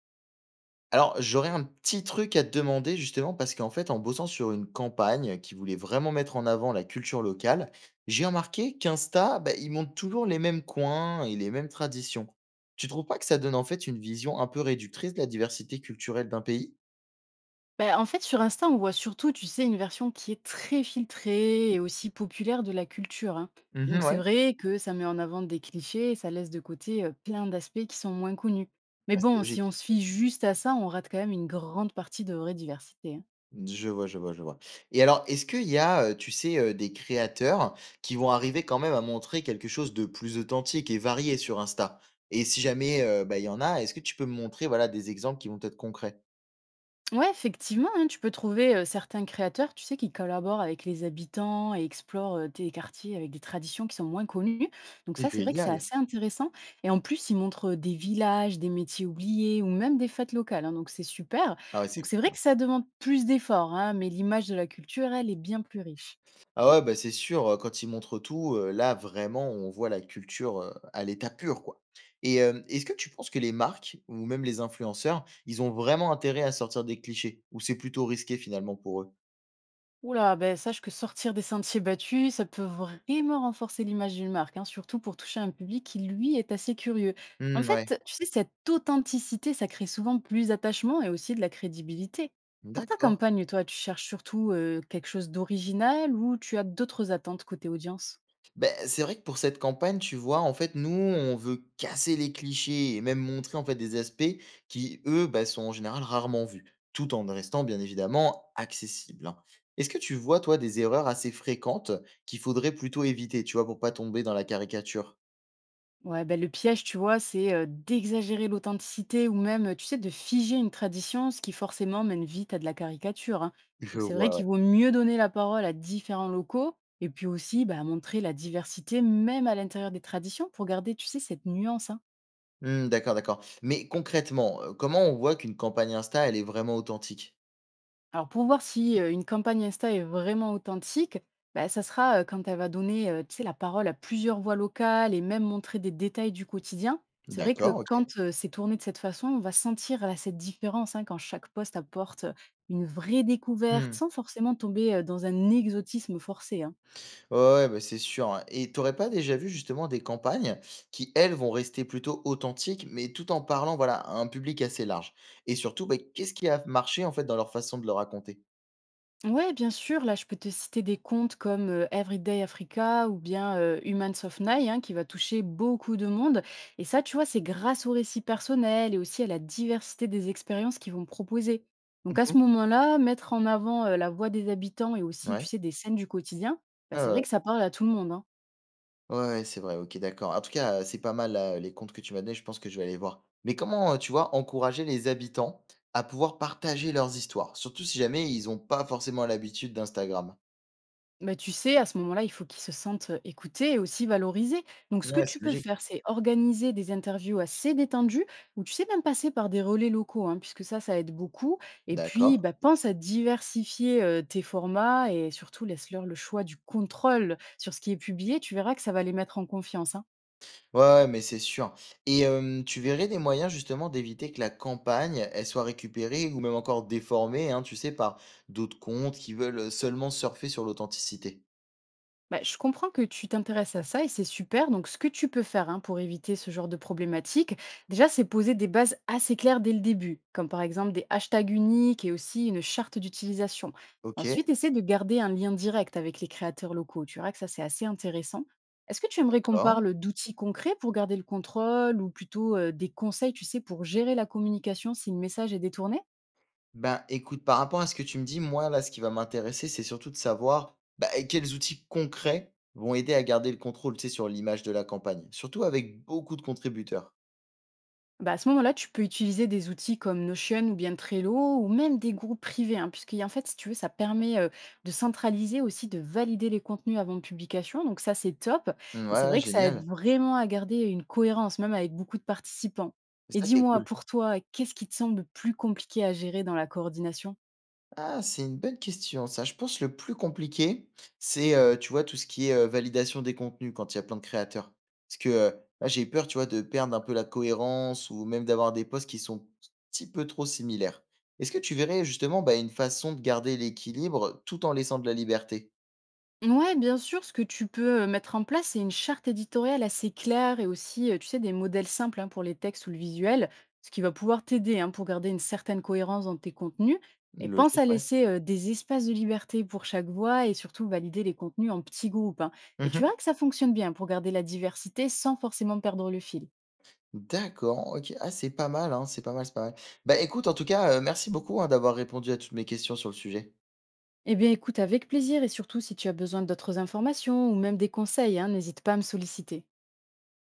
Alors, j'aurais un petit truc à te demander justement parce qu'en fait, en bossant sur une campagne qui voulait vraiment mettre en avant la culture locale, j'ai remarqué qu'Insta, bah, il montre toujours les mêmes coins et les mêmes traditions. Tu trouves pas que ça donne en fait une vision un peu réductrice de la diversité culturelle d'un pays? Bah, en fait, sur Insta, on voit surtout, tu sais, une version qui est très filtrée et aussi populaire de la culture, hein. Mhm, Donc, c'est ouais. vrai que ça met en avant des clichés et ça laisse de côté plein d'aspects qui sont moins connus. Mais Ah, c'est bon, si on logique. se fie juste à ça, on rate quand même une grande partie de vraie diversité, hein. Je vois, je vois, je vois. Et alors, est-ce qu'il y a, tu sais, des créateurs qui vont arriver quand même à montrer quelque chose de plus authentique et varié sur Insta? Et si jamais, bah, il y en a, est-ce que tu peux me montrer, voilà, des exemples qui vont être concrets? Ouais, effectivement, hein, tu peux trouver certains créateurs, tu sais, qui collaborent avec les habitants et explorent des quartiers avec des traditions qui sont moins connues. Donc ça, c'est vrai que c'est Génial! assez intéressant. Et en plus, ils montrent des villages, des métiers oubliés ou même des fêtes locales, hein, donc c'est super. Ah ouais, Donc c'est c'est cool, vrai hein. que ça demande plus d'efforts, hein, mais l'image de la culture, elle, est bien plus riche. Ah ouais, bah, c'est sûr, quand ils montrent tout, là, vraiment, on voit la culture, à l'état pur, quoi. Et est-ce que tu penses que les marques ou même les influenceurs, ils ont vraiment intérêt à sortir des clichés? Ou c'est plutôt risqué finalement pour eux? Oula, ben, sache que sortir des sentiers battus, ça peut vraiment renforcer l'image d'une marque, hein, surtout pour toucher un public qui, lui, est assez curieux. En Mmh, ouais. fait, tu sais, cette authenticité, ça crée souvent plus d'attachement et aussi de la crédibilité. Pour ta D'accord. campagne, toi, tu cherches surtout quelque chose d'original ou tu as d'autres attentes côté audience? Ben c'est vrai que pour cette campagne, tu vois, en fait, nous, on veut casser les clichés et même montrer en fait des aspects qui, eux, ben sont en général rarement vus, tout en restant bien évidemment accessibles, hein. Est-ce que tu vois, toi, des erreurs assez fréquentes qu'il faudrait plutôt éviter, tu vois, pour pas tomber dans la caricature? Ouais, ben le piège, tu vois, c'est d'exagérer l'authenticité ou même, tu sais, de figer une tradition, ce qui forcément mène vite à de la caricature, hein. Je Donc c'est vrai vois, ouais. qu'il vaut mieux donner la parole à différents locaux et puis aussi bah, montrer la diversité même à l'intérieur des traditions pour garder, tu sais, cette nuance, hein. Hmm, d'accord, d'accord. Mais concrètement, comment on voit qu'une campagne Insta, elle est vraiment authentique? Alors pour voir si une campagne Insta est vraiment authentique, bah, ça sera quand elle va donner tu sais, la parole à plusieurs voix locales et même montrer des détails du quotidien. C'est vrai D'accord, que ok. quand c'est tourné de cette façon, on va sentir là, cette différence hein, quand chaque poste apporte une vraie découverte sans forcément tomber dans un exotisme forcé, hein. Ouais, ouais, bah, c'est sûr, hein. Et t'aurais pas déjà vu justement des campagnes qui, elles, vont rester plutôt authentiques, mais tout en parlant, voilà, à un public assez large? Et surtout, bah, qu'est-ce qui a marché en fait dans leur façon de le raconter? Ouais, bien sûr. Là, je peux te citer des comptes comme Everyday Africa ou bien Humans of Nile, hein, qui va toucher beaucoup de monde. Et ça, tu vois, c'est grâce aux récits personnels et aussi à la diversité des expériences qu'ils vont proposer. Donc, à Mmh. ce moment-là, mettre en avant la voix des habitants et aussi, tu Ouais. sais, des scènes du quotidien, bah, Ouais, ouais, c'est vrai ouais. que ça parle à tout le monde, hein. Ouais, ouais, c'est vrai, OK, d'accord. En tout cas, c'est pas mal là, les comptes que tu m'as donnés, je pense que je vais aller voir. Mais comment, tu vois, encourager les habitants à pouvoir partager leurs histoires? Surtout si jamais ils n'ont pas forcément l'habitude d'Instagram. Bah, tu sais, à ce moment-là, il faut qu'ils se sentent, écoutés et aussi valorisés. Donc ce que Ouais, tu c'est peux logique. faire, c'est organiser des interviews assez détendues ou tu sais même passer par des relais locaux, hein, puisque ça, ça aide beaucoup et D'accord. puis, bah, pense à diversifier, tes formats et surtout laisse-leur le choix du contrôle sur ce qui est publié. Tu verras que ça va les mettre en confiance, hein. Ouais, ouais, mais c'est sûr et tu verrais des moyens justement d'éviter que la campagne, elle soit récupérée ou même encore déformée, hein, tu sais, par d'autres comptes qui veulent, seulement surfer sur l'authenticité? Bah, je comprends que tu t'intéresses à ça et c'est super. Donc, ce que tu peux faire hein, pour éviter ce genre de problématique, déjà, c'est poser des bases assez claires dès le début, comme par exemple des hashtags uniques et aussi une charte d'utilisation. OK, Ensuite, essaie de garder un lien direct avec les créateurs locaux. Tu verras que ça, c'est assez intéressant. Est-ce que tu aimerais qu'on d'accord. parle d'outils concrets pour garder le contrôle ou plutôt des conseils, tu sais, pour gérer la communication si le message est détourné? Ben, écoute, par rapport à ce que tu me dis, moi, là, ce qui va m'intéresser, c'est surtout de savoir, bah, quels outils concrets vont aider à garder le contrôle, tu sais, sur l'image de la campagne? Surtout avec beaucoup de contributeurs. Bah, à ce moment-là, tu peux utiliser des outils comme Notion ou bien Trello ou même des groupes privés, hein, puisque en fait, si tu veux, ça permet de centraliser aussi, de valider les contenus avant de publication. Donc ça, c'est top. Mmh, Et c'est ouais, ouais, vrai que ça aide génial. vraiment à garder une cohérence, même avec beaucoup de participants. C'est Et ça qui est dis-moi, cool. pour toi, qu'est-ce qui te semble le plus compliqué à gérer dans la coordination? Ah, c'est une bonne question ça. Je pense le plus compliqué, c'est, tu vois, tout ce qui est, validation des contenus quand il y a plein de créateurs. Parce que, là, j'ai peur, tu vois, de perdre un peu la cohérence ou même d'avoir des posts qui sont un petit peu trop similaires. Est-ce que tu verrais justement, bah, une façon de garder l'équilibre tout en laissant de la liberté? Ouais, bien sûr, ce que tu peux mettre en place, c'est une charte éditoriale assez claire et aussi, tu sais, des modèles simples hein, pour les textes ou le visuel, ce qui va pouvoir t'aider hein, pour garder une certaine cohérence dans tes contenus. Et pense Logique, à ouais. laisser des espaces de liberté pour chaque voix et surtout valider les contenus en petits groupes, hein. Et tu verras Mmh. que ça fonctionne bien pour garder la diversité sans forcément perdre le fil. D'accord, OK. Ah, c'est pas mal, hein, c'est pas mal, c'est pas mal. Bah, écoute, en tout cas, merci beaucoup, hein, d'avoir répondu à toutes mes questions sur le sujet. Eh bien, écoute avec plaisir et surtout si tu as besoin d'autres informations ou même des conseils, hein, n'hésite pas à me solliciter.